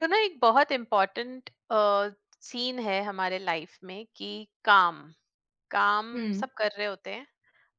तो ना एक बहुत इम्पोर्टेंट सीन है हमारे लाइफ में कि काम काम हुँ। सब कर रहे होते हैं।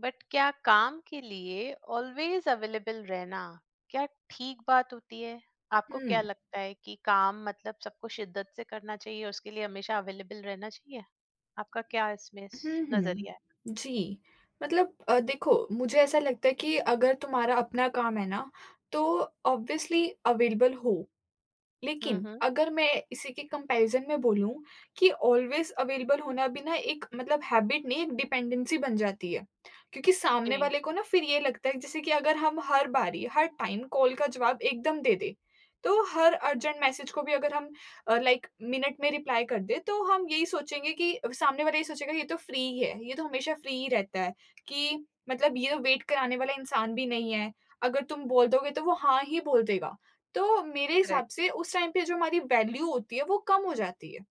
बट क्या काम के लिए ऑलवेज अवेलेबल रहना क्या ठीक बात होती है? आपको हुँ। क्या लगता है कि काम मतलब सबको शिद्दत से करना चाहिए और उसके लिए हमेशा अवेलेबल रहना चाहिए? आपका क्या इसमें हुँ, हुँ। नजरिया है? जी, मतलब देखो मुझे ऐसा लगता है कि अगर तुम्हारा अपना काम है ना, तो ऑब्वियसली अवेलेबल हो। हम्म। लेकिन हम्म। अगर मैं इसी के कंपैरिज़न में बोलूँ कि ऑलवेज़ अवेलेबल होना भी ना एक मतलब हैबिट नहीं, एक डिपेंडेंसी बन जाती है। क्योंकि सामने जी। वाले को ना फिर ये लगता है जैसे कि अगर हम हर बारी, हर टाइम कॉल का जवाब एकदम दे दें, तो हर अर्जेंट मैसेज को भी अगर हम लाइक मिनट में रिप्लाई कर दें, तो हम यही सोचेंगे कि सामने वाला ये सोचेगा ये तो फ्री ही है, ये तो हमेशा फ्री ही रहता है कि मतलब ये वेट कराने वाला इंसान भी नहीं है। अगर तुम बोल दोगे तो वो हाँ ही बोल देगा। तो मेरे हिसाब करेक्ट। से उस टाइम पे जो हमारी वैल्यू होती है, वो कम हो जाती है।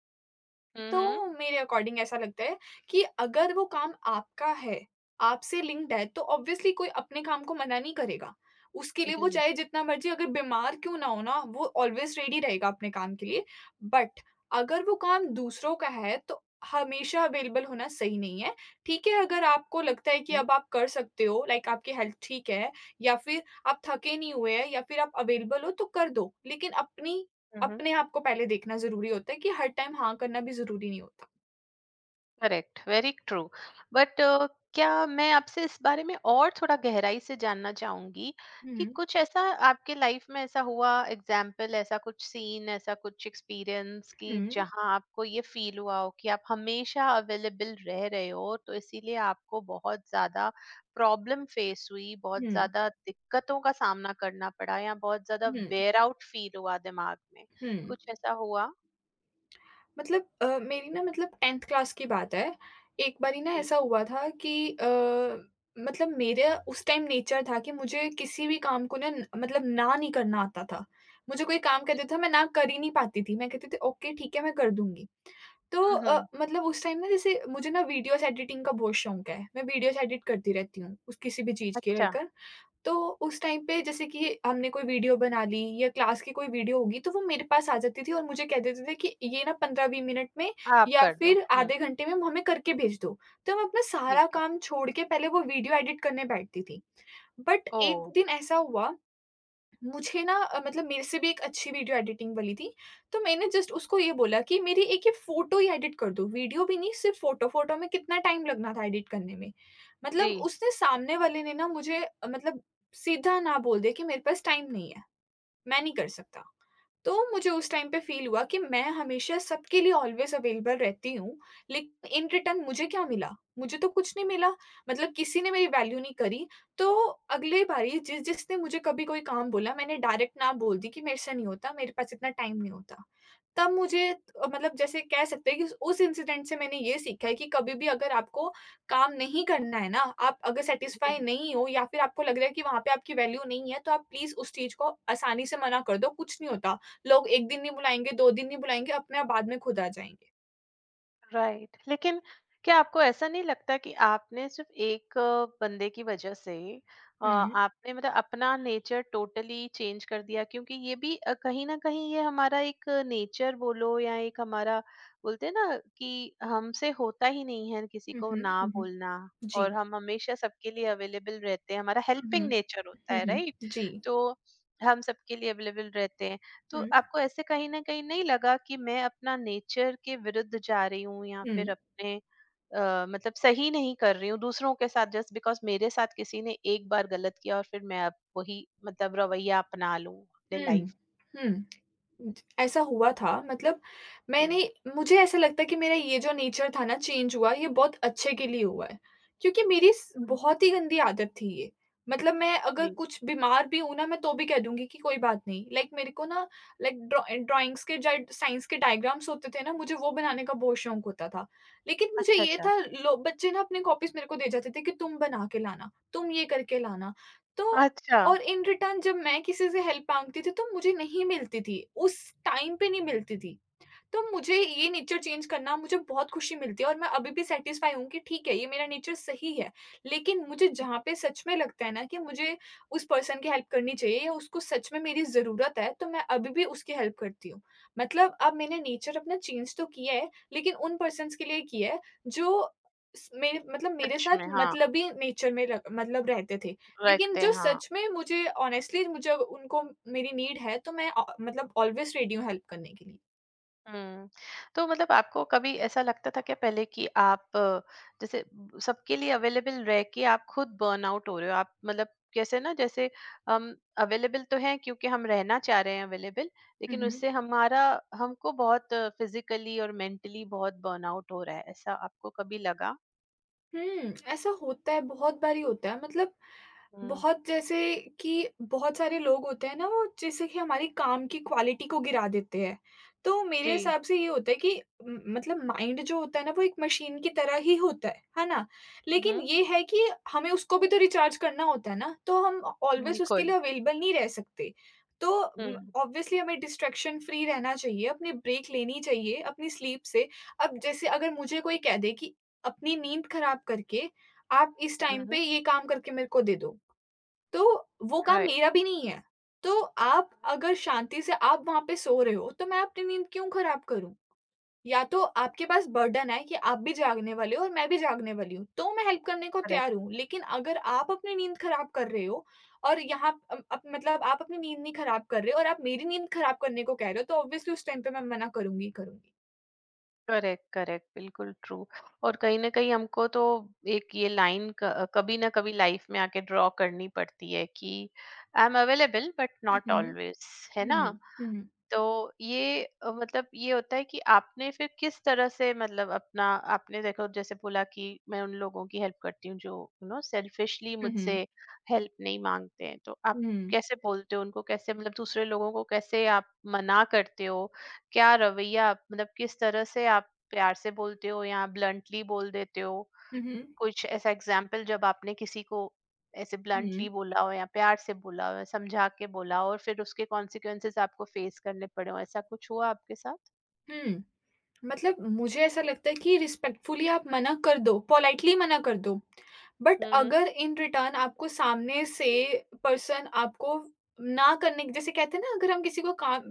हम्म। हम्म। तो मेरे अकॉर्डिंग ऐसा लगता है कि अगर वो काम आपका है, आपसे लिंक्ड है, तो ऑब्वियसली कोई अपने काम को मना नहीं करेगा। उसके लिए वो जी। चाहे जितना मर्ज़ी अगर बीमार क्यों ना हो ना, वो ऑलवेज़ रेडी रहेगा अपने काम के लिए। बट अगर वो काम दूसरों का है, तो हमेशा अवेलेबल होना सही नहीं है। ठीक है, अगर आपको लगता है कि हम्म। अब आप कर सकते हो, लाइक आपकी हेल्थ ठीक है या फिर आप थके नहीं हुए हैं या फिर आप अवेलेबल हो, तो कर दो। लेकिन अपनी हम्म। अपने आप को पहले देखना ज़रूरी होता है कि हर टाइम हाँ करना भी ज़रूरी नहीं होता। करेक्ट। Very true. बट क्या मैं आपसे इस बारे में और थोड़ा गहराई से जानना चाहूंगी कि हुँ, कुछ ऐसा आपके लाइफ में ऐसा हुआ एग्जाम्पल ऐसा कुछ सीन ऐसा कुछ एक्सपीरियंस कि हुँ, जहां आपको ये फील हुआ हो कि आप हमेशा अवेलेबल रह रहे हो तो इसीलिए आपको बहुत ज्यादा प्रॉब्लम फेस हुई बहुत हुँ, ज्यादा दिक्कतों का सामना करना पड़ा या बहुत ज्यादा हुँ, वेयर आउट फील हुआ दिमाग में हुँ। कुछ ऐसा हुआ? मतलब मेरी ना मतलब 10th क्लास की बात है। एक बारी ना जी। ऐसा हुआ था कि मतलब मेरा उस टाइम नेचर था कि मुझे किसी भी काम को ना मतलब ना नहीं करना आता था। मुझे कोई काम कहता था मैं ना कर ही नहीं पाती थी। मैं कहती थी ओके ठीक है मैं कर दूँगी। तो हम्म। हम्म। मतलब उस टाइम ना जैसे मुझे ना वीडियोज़ एडिटिंग का बहुत शौक है। मैं वीडियोज़ एडिट करती रहती हूँ उस किसी भी चीज़ के अच्छा। लेकर। तो उस टाइम पे जैसे कि हमने कोई वीडियो बना ली या क्लास की कोई वीडियो होगी तो वो मेरे पास आ जाती थी और मुझे कह देते थे कि ये ना 15-20 मिनट में आप या कर दो। फिर आधे घंटे में हमें करके भेज दो। तो मैं अपना ठीक सारा है। काम छोड़ के पहले वो वीडियो एडिट करने बैठती थी। बट एक ओह! दिन ऐसा हुआ मुझे ना मतलब मेरे से भी एक अच्छी वीडियो एडिटिंग वाली थी, तो मैंने जस्ट उसको ये बोला कि मेरी एक ये फ़ोटो ही एडिट कर दो, वीडियो भी नहीं सिर्फ़ फ़ोटो, फ़ोटो में कितना टाइम लगना था एडिट करने में। जी। मतलब उसने सामने वाले ने ना मुझे मतलब सीधा ना बोल दिया कि मेरे पास टाइम नहीं है। मैं नहीं कर सकता। तो मुझे उस टाइम पे फ़ील हुआ कि मैं हमेशा सबके लिए ऑलवेज़ अवेलेबल रहती हूँ, लेकिन इन रिटर्न मुझे क्या मिला? मुझे तो कुछ नहीं मिला। मतलब किसी ने मेरी वैल्यू नहीं करी, तो अगली बारी जिस जिसने मुझे कभी कोई काम बोला, मैंने डायरेक्ट ना बोल दी कि मेरे से नहीं होता, मेरे पास इतना टाइम नहीं होता। तब मुझे मतलब जैसे कह सकते हैं कि उस इंसिडेंट से मैंने ये सीखा है कि कभी भी अगर आपको काम नहीं करना है ना, आप अगर सैटिस्फाई जी, नहीं हो या फिर आपको लग रहा है कि वहाँ पे आपकी वैल्यू नहीं है, तो आप प्लीज़ उस चीज़ को आसानी से मना कर दो, कुछ नहीं होता। लोग 1 दिन नहीं बुलाएँगे, 2 दिन नहीं बुलाएँगे, अपने आप बाद में खुद आ जाएँगे। राइट। लेकिन क्या आपको ऐसा नहीं लगता कि आपने सिर्फ़ एक बंदे की वज़ह से हुँ। आपने मतलब अपना नेचर टोटली चेंज कर दिया? क्योंकि ये भी कहीं न कहीं ये हमारा एक नेचर बोलो या एक हमारा बोलते हैं ना कि हमसे होता ही नहीं है किसी हुँ, को हुँ, ना हुँ, हुँ। बोलना। और जी। हम हमेशा सबके लिए अवेलेबल रहते हैं। हमारा हुँ, हुँ। हेल्पिंग नेचर होता हुँ, है, हुँ। राइट? जी। तो हम सबके लिए अवेलेबल रहते हैं। तो हुँ। आपको ऐसे कहीं न कहीं नहीं लगा कि मैं अपना नेचर के विरुद्ध जा रही हूँ या हुँ। फिर अपने मतलब सही नहीं कर रही हूँ दूसरों के साथ जस्ट बिकॉज़ मेरे साथ किसी ने एक बार गलत किया और फिर मैं अब वही मतलब रवैया अपना लूँ अपने हुँ। लाइफ हुँ। ऐसा हुआ था मतलब में? मैंने मुझे ऐसा लगता है कि मेरा ये जो नेचर था ना चेंज हुआ, ये बहुत अच्छे के लिए हुआ है। क्योंकि मेरी स हुँ, हुँ। बहुत ही गंदी आदत थी ये। मतलब मैं अगर जी। कुछ बीमार भी हूँ ना, मैं तो भी कह दूँगी कि कोई बात नहीं। लाइक मेरे को ना लाइक ड्राइंग्स के ज साइंस के डायग्राम्स होते थे ना, मुझे वो बनाने का बहुत शौक होता था। लेकिन मुझे अच्छा, ये अच्छा। था लो बच्चे ना अपनी कॉपीज़ मेरे को दे जाते थे कि तुम बना के लाना, तुम ये करके लाना। तो अच्छा, और इन रिटर्न जब मैं किसी से हेल्प माँगती थी तो मुझे नहीं मिलती थी, उस टाइम पे नहीं मिलती थी। तो मुझे ये नेचर चेंज करना मुझे बहुत खुशी मिलती है और मैं अभी भी सैटिस्फाई हूँ कि ठीक है, ये मेरा नेचर सही है। लेकिन मुझे जहाँ पे सच में लगता है ना कि मुझे उस पर्सन की हेल्प करनी चाहिए या उसको सच में मेरी ज़रूरत है, तो मैं अभी भी उसकी हेल्प करती हूँ। मतलब अब मैंने नेचर अपना चेंज तो किया है, लेकिन उन पर्सन्स के लिए किया है जो स मेरे मतलब मेरे सच साथ में, हाँ, मतलबी नेचर में र मतलब रहते थे। लेकिन रखते जो हैं, हाँ। सच में मुझे ऑनेस्टली मुझे उनको मेरी नीड है, तो मैं मतलब ऑलवेज़ रेडी हूँ हेल्प करने के लिए। हुँ। तो मतलब आपको कभी ऐसा लगता था क्या पहले कि आप जैसे ब सबके लिए अवेलेबल रह के आप खुद बर्नआउट हो रहे हो? आप मतलब कैसे ना जैसे हम अवेलेबल तो हैं क्योंकि हम रहना चाह रहे हैं अवेलेबल, हुँ, लेकिन हुँ। उससे हमारा हमको बहुत फिज़िकली और मेंटली बहुत बर्नआउट हो रहा है, ऐसा आपको कभी लगा? हुँ, ऐसा होता है, बहुत बारी होता है मतलब हुँ। बहुत जैसे कि बहुत सारे लोग होते हैं ना वो जैसे कि हमारी काम की क्वालिटी को गिरा देते हैं। तो मेरे जी। हिसाब से ये होता है कि म मतलब माइंड जो होता है ना वो एक मशीन की तरह ही होता है ना? हुँ, लेकिन हुँ। ये है कि हमें उसको भी तो रिचार्ज करना होता है ना, तो हम ऑलवेज़ उसके बिल्कुल। लिए अवेलेबल नहीं रह सकते। तो हुँ। ऑब्वियसली हमें डिस्ट्रैक्शन फ्री रहना चाहिए, अपनी ब्रेक लेनी चाहिए अपनी स्लीप से। अब जैसे अगर मुझे कोई कह दे कि अपनी नींद खराब करके आप इस हुँ, टाइम पे हुँ। ये काम करके मेरे को दे दो। तो वो काम राइट, मेरा भी नहीं है। तो आप अगर शांति से आप वहाँ पे सो रहे हो, तो मैं अपनी नींद क्यों खराब करूँ? या तो आपके पास बर्डन है कि आप भी जागने वाले हो और मैं भी जागने वाली हूँ, तो मैं हेल्प करने को करेक्ट। तैयार हूँ। लेकिन अगर आप अपनी नींद खराब कर रहे हो और यहाँ अम, अप मतलब आप अपनी नींद नहीं खराब कर रहे हो और आप मेरी नींद खराब करने को कह रहे हो, तो ऑब्वियसली उस टाइम पे मैं मना करूँगी ही करूँगी। करेक्ट, करेक्ट, बिल्कुल ट्रू। और कहीं ना कहीं हमको तो एक ये लाइन कभी ना कभी लाइफ में आके ड्रॉ करनी पड़ती है कि I am available but hmm, not hmm. Always, है ना? हुँ, हुँ। तो ये मतलब ये होता है कि आपने फिर किस तरह से मतलब अपना आपने देखो जैसे बोला कि मैं उन लोगों की हेल्प करती हूँ जो सेल्फिशली हुँ, हुँ। मुझसे हेल्प नहीं मांगते हैं तो आप हुँ, हुँ। कैसे बोलते हो उनको कैसे मतलब दूसरे लोगों को कैसे आप मना करते हो क्या रवैया मतलब किस तरह से आप प्यार से बोलते हो या ब्लंटली बोल देते हो हुँ, हुँ। कुछ ऐसा एग्जाम्पल जब आपने किसी को ऐसे हुँ, हुँ। ब्लंटली बोला हो या प्यार से बोला हो या समझा के बोला हो और फिर उसके कॉन्सिक्वेंसेस आपको फेस करने पड़े हो ऐसा कुछ हुआ आपके साथ? हुँ। मतलब मुझे ऐसा लगता है कि रिस्पेक्टफुली आप मना कर दो, पोलाइटली मना कर दो। But hmm. हम्म। अगर इन रिटर्न आपको सामने से पर्सन आपको ना करने जैसे कहते हैं ना अगर हम किसी को काम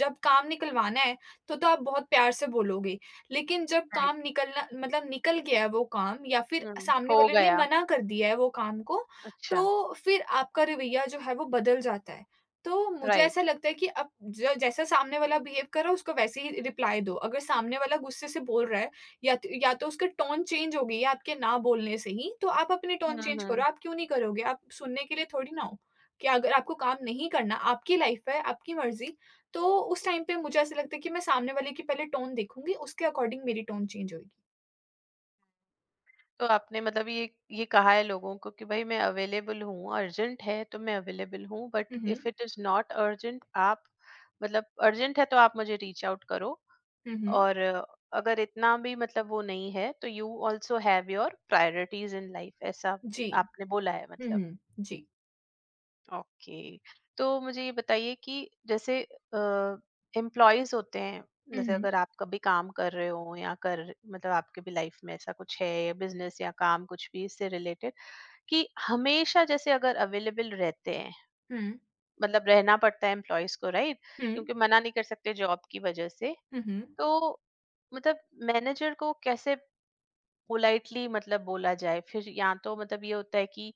जब काम निकलवाना है, तो आप बहुत प्यार से बोलोगे। लेकिन जब राइट। काम निकलना मतलब निकल गया है वो काम या फिर हम्म। सामने हो वाले ने गया। मना कर दिया है वो काम को, अच्छा। तो फिर आपका रवैया जो है वो बदल जाता है। तो मुझे ऐसा राइट। लगता है कि अब ज जैसा सामने वाला बिहेव कर रहा है उसको वैसे ही रिप्लाई दो। अगर सामने वाला गुस्से से बोल रहा है या तो उसका टोन चेंज हो गई है आपके ना बोलने से ही, तो आप अपने टोन हम्म। चेंज करो। हम्म। आप क्यों नहीं करोगे? आप सुनने के लिए थोड़ी ना हो। कि अगर आपको काम नहीं करना, आपकी लाइफ़ है, आपकी मर्ज़ी, तो उस टाइम पे मुझे ऐसा लगता है कि मैं सामने वाले की पहले टोन देखूँगी, उसके अकॉर्डिंग मेरी टोन चेंज होएगी। तो आपने मतलब ये कहा है लोगों को कि भाई मैं अवेलेबल हूँ, अर्जेंट है तो मैं अवेलेबल हूँ but hmm, hmm. If it is not urgent आप मतलब अर्जेंट है तो आप मुझे रीच आउट करो। हुँ, हुँ। और अगर इतना भी मतलब वो नहीं है तो you also have your priorities in life ऐसा जी। आपने बोला है हुँ, मतलब? हुँ। जी। ओके। तो मुझे ये बताइए कि जैसे एम्प्लॉयज होते हैं हुँ, जैसे हुँ। अगर आप कभी काम कर रहे हो या कर मतलब आपके भी लाइफ में ऐसा कुछ है या बिजनेस या काम कुछ भी इससे रिलेटेड कि हमेशा जैसे अगर अवेलेबल रहते हैं हुँ। मतलब रहना पड़ता है एम्प्लॉयज को, राइट? हुँ। क्योंकि मना नहीं कर सकते जॉब की वजह से। हुँ, हुँ। तो मतलब मैनेजर को कैसे पोलाइटली मतलब बोला जाए फिर या तो मतलब ये होता है कि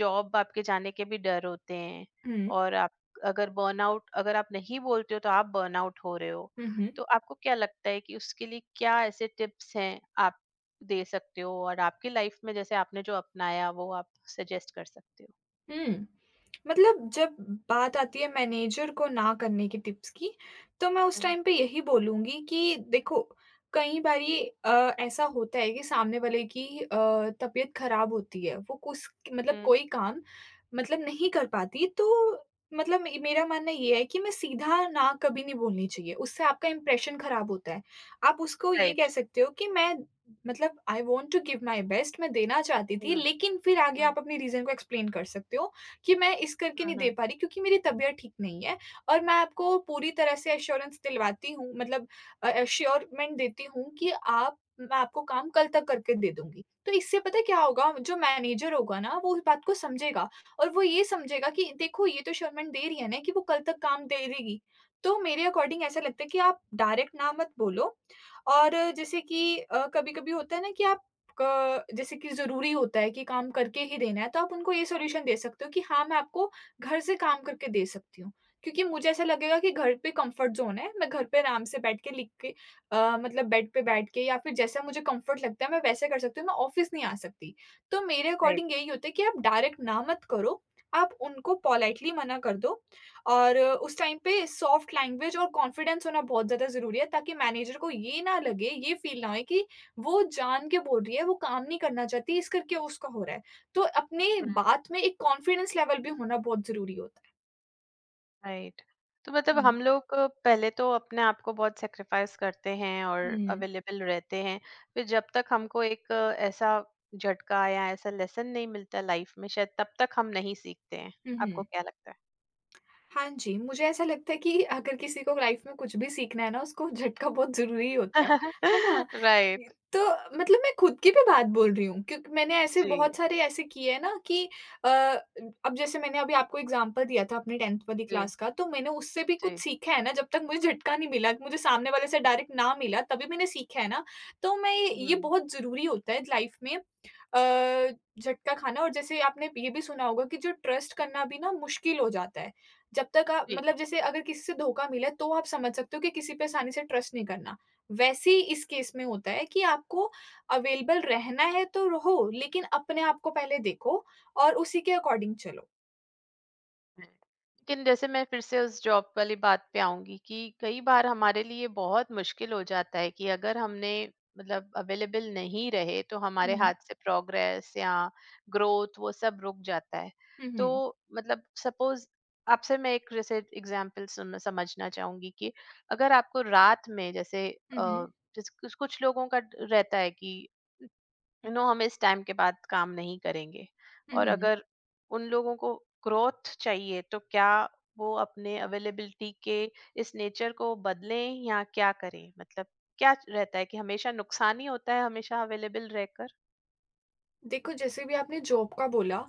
जॉब आपके जाने के भी डर होते हैं हुँ। और आप अगर बर्नआउट अगर आप नहीं बोलते हो तो आप बर्नआउट हो रहे हो हुँ, हुँ। तो आपको क्या लगता है कि उसके लिए क्या ऐसे टिप्स हैं आप दे सकते हो और आपकी लाइफ में जैसे आपने जो अपनाया वो आप सजेस्ट कर सकते हो? हुँ। मतलब जब बात आती है मैनेजर को ना करने की टिप्स की, तो मैं उस टाइम पे यही बोलूँगी कि देखो, कई बारी ऐसा होता है कि सामने वाले की तबीयत ख़राब होती है। वो कुस मतलब हम्म, कोई काम मतलब नहीं कर पाती, तो मतलब मे मेरा मानना ये है कि मैं सीधा ना कभी नहीं बोलनी चाहिए, उससे आपका इंप्रेशन ख़राब होता है। आप उसको ये कह राइट। सकते हो कि मैं मतलब I want to give my best मैं देना चाहती थी, right. लेकिन फिर आगे हम्म। आप अपनी रीज़न को एक्सप्लेन कर सकते हो कि मैं इस करके नहीं दे हम्म, पा रही क्योंकि मेरी तबीयत ठीक नहीं है और मैं आपको पूरी तरह से एश्योरेंस दिलवाती हूँ मतलब एश्योरमेंट देती हूँ कि आप मैं आपको काम कल तक करके दे दूँगी। तो इससे पता है क्या होगा, जो मैनेजर होगा ना वो इस बात को समझेगा और वो ये समझेगा कि देखो ये तो एश्योरमेंट दे रही है ना कि वो कल तक काम दे देगी। तो मेरे अकॉर्डिंग ऐसा लगता है कि आप डायरेक्ट ना मत बोलो और जैसे कि कभी-कभी होता है ना कि आप क जैसे कि ज़रूरी होता है कि काम करके ही देना है, तो आप उनको ये सॉल्यूशन दे सकते हो कि हाँ, मैं आपको घर से काम करके दे सकती हूँ। क्योंकि मुझे ऐसा लगेगा कि घर पे कम्फ़र्ट ज़ोन है, मैं घर पे आराम से बैठ के लिख के मतलब बेड पे बैठ के या फिर जैसा मुझे कम्फ़र्ट लगता है, मैं वैसे कर सकती हूँ, मैं ऑफ़िस नहीं आ सकती। तो मेरे राइट। अकॉर्डिंग यही होता है कि आप डायरेक्ट ना मत करो, आप उनको पोलाइटली मना कर दो और उस टाइम पे सॉफ्ट लैंग्वेज और कॉन्फिडेंस होना बहुत ज़्यादा ज़रूरी है ताकि मैनेजर को ये ना लगे, ये फ़ील ना होए कि वो जान के बोल रही है, वो काम नहीं करना चाहती इस करके उसका हो रहा है। तो अपने बात में एक कॉन्फिडेंस लेवल भी होना बहुत ज़रूरी होता है। राइट। तो मतलब हुँ। हम लोग पहले तो अपने आप को बहुत सेक्रिफाइस करते हैं और हुँ। अवेलेबल रहते हैं फिर जब तक हमको एक ऐसा झटका या ऐसा लेसन नहीं मिलता लाइफ में शायद तब तक हम नहीं सीखते हैं। हुँ, आपको हुँ। क्या लगता है? हाँ जी, मुझे ऐसा लगता है कि अगर किसी को लाइफ़ में कुछ भी सीखना है ना, उसको झटका बहुत ज़रूरी होता है ना? ये राइट। तो मतलब मैं खुद की भी बात बोल रही हूँ क्योंकि मैंने ऐसे जी। बहुत सारे ऐसे किए हैं ना कि अ, अब जैसे मैंने अभी आपको एग्ज़ाम्पल दिया था अपनी 10th वाली जी। क्लास का, तो मैंने उससे भी कुछ जी। सीखा है ना, जब तक मुझे झटका नहीं मिला, मुझे सामने वाले से डायरेक्ट ना मिला, तभी मैंने सीखा है ना। तो मैं ये हम्म। बहुत ज़रूरी होता है लाइफ़ में अ, झटका खाना और जैसे आपने ये भी सुना होगा कि जो ट्रस्ट करना भी ना मुश्किल हो जाता है। जब तक आप जी। मतलब जैसे अगर किसी से धोखा मिला है, तो आप समझ सकते हो कि किसी पे आसानी से ट्रस्ट नहीं करना। वैसे ही इस केस में होता है कि आपको अवेलेबल रहना है तो रहो, लेकिन अपने आप को पहले देखो और उसी के अकॉर्डिंग चलो। है। लेकिन जैसे मैं फिर से उस जॉब वाली बात पे आऊंगी कि कई बार हमारे लिए बहुत मुश्किल हो जाता है कि अगर हमने मतलब अवेलेबल नहीं रहे तो हुँ, हमारे हुँ। हाथ से प्रोग्रेस या ग्रोथ वो सब रुक जाता है। हुँ, तो हुँ। मतलब सपोज आपसे मैं एक जैसे एग्जांपल सुनना समझना चाहूंगी कि अगर आपको रात में जैसे हुँ, अ, हुँ। जैसे कुछ कुछ लोगों का रहता है कि यू नो हम इस टाइम के बाद काम नहीं करेंगे हुँ, और हुँ। अगर उन लोगों को ग्रोथ चाहिए तो क्या वो अपने अवेलेबिलिटी के इस नेचर को बदलें या क्या करें मतलब क्या रहता है कि हमेशा नुकसान ही होता है हमेशा अवेलेबल रहकर? देखो जैसे भी आपने जॉब का बोला,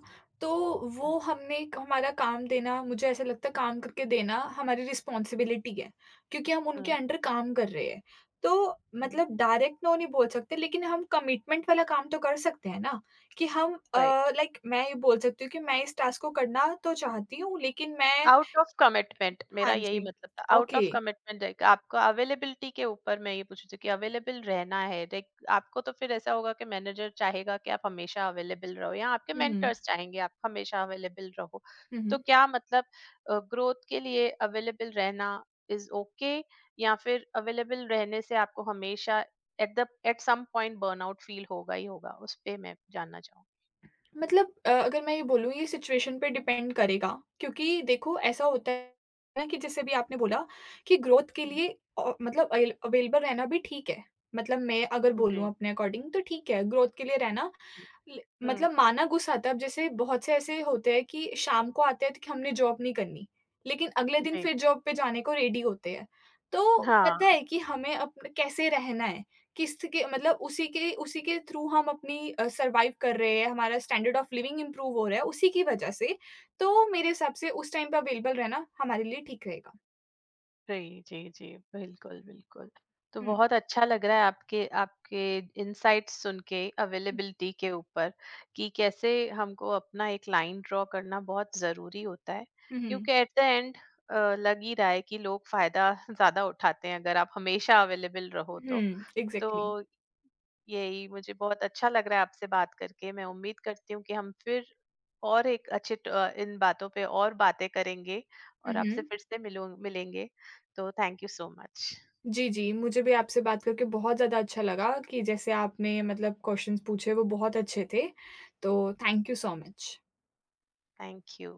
तो वो हमने हमारा काम देना मुझे ऐसा लगता है काम करके देना हमारी रिस्पॉन्सिबिलिटी है, क्योंकि हम उनके हम्म। अंडर काम कर रहे हैं। तो मतलब डायरेक्ट नो नहीं बोल सकते लेकिन हम कमिटमेंट वाला काम तो कर सकते हैं ना, कि हम राइट। लाइक मैं ये बोल सकती हूँ कि मैं इस टास्क को करना तो चाहती हूँ लेकिन मैं आउट ऑफ कमिटमेंट हाँ मेरा यही जी, मतलब था। Out okay. ऑफ कमिटमेंट रहेगा आपको। अवेलेबिलिटी के ऊपर मैं ये पूछ रही थी कि अवेलेबल रहना है, लाइक आपको तो फिर ऐसा होगा कि मैनेजर चाहेगा कि आप हमेशा अवेलेबल रहो या आपके हुँ, हुँ। मेंटर्स चाहेंगे आप हमेशा अवेलेबल रहो। हुँ, तो हुँ। क्या मतलब ग्रोथ के लिए अवेलेबल रहना इज ओके या फिर अवेलेबल रहने से आपको हमेशा at some point burnout feel होगा ही होगा, उस पे मैं जानना चाहूंगी? मतलब अगर मैं ये बोलूँ ये सिचुएशन पे डिपेंड करेगा क्योंकि देखो ऐसा होता है ना कि जैसे भी आपने बोला कि ग्रोथ के हम्म, लिए मतलब अवेलेबल रहना भी ठीक है। मतलब मैं अगर बोलूँ जी। अपने अकॉर्डिंग तो ठीक है, ग्रोथ के लिए हम्म, रहना ल हम्म। मतलब माना गुस्सा आता है। अब जैसे बहुत से ऐसे होते हैं कि शाम को आते हैं तो कि हमने जॉब नहीं करनी, लेकिन अगले दिन जी। फिर जॉब पे जाने को रेडी होते हैं। तो पता हाँ। है कि हमें अपन कैसे रहना है। किस्त के मतलब उसी के थ्रू हम अपनी सर्वाइव कर रहे हैं, हमारा स्टैंडर्ड ऑफ लिविंग इम्प्रूव हो रहा है उसी की वजह से, तो मेरे हिसाब से उस टाइम पे अवेलेबल रहना हमारे लिए ठीक रहेगा। जी, जी, जी। बिल्कुल, बिल्कुल। तो हुँ, बहुत अच्छा लग रहा है आपके आपके इनसाइट्स सुन के अवेलेबिलिटी के ऊपर कि कैसे हमको अपना एक लाइन ड्रा करना बहुत ज़रूरी होता है। हुँ, हुँ, क्योंकि एट द एंड लग ही रहा है कि लोग फ़ायदा ज़्यादा उठाते हैं अगर आप हमेशा अवेलेबल रहो तो। हुँ, तो एग्ज़ैक्टली। यही मुझे बहुत अच्छा लग रहा है आपसे बात करके। मैं उम्मीद करती हूँ कि हम फिर और एक अच्छे इन बातों पे और बातें करेंगे हुँ, और आपसे हुँ। फिर से मिलूँ मिलेंगे। तो थैंक यू सो मच। जी, जी, मुझे भी आपसे बात करके बहुत ज़्यादा अच्छा लगा कि जैसे आपने मतलब क्वेश्चन्स पूछे वो बहुत अच्छे थे, तो thank you so much. Thank you.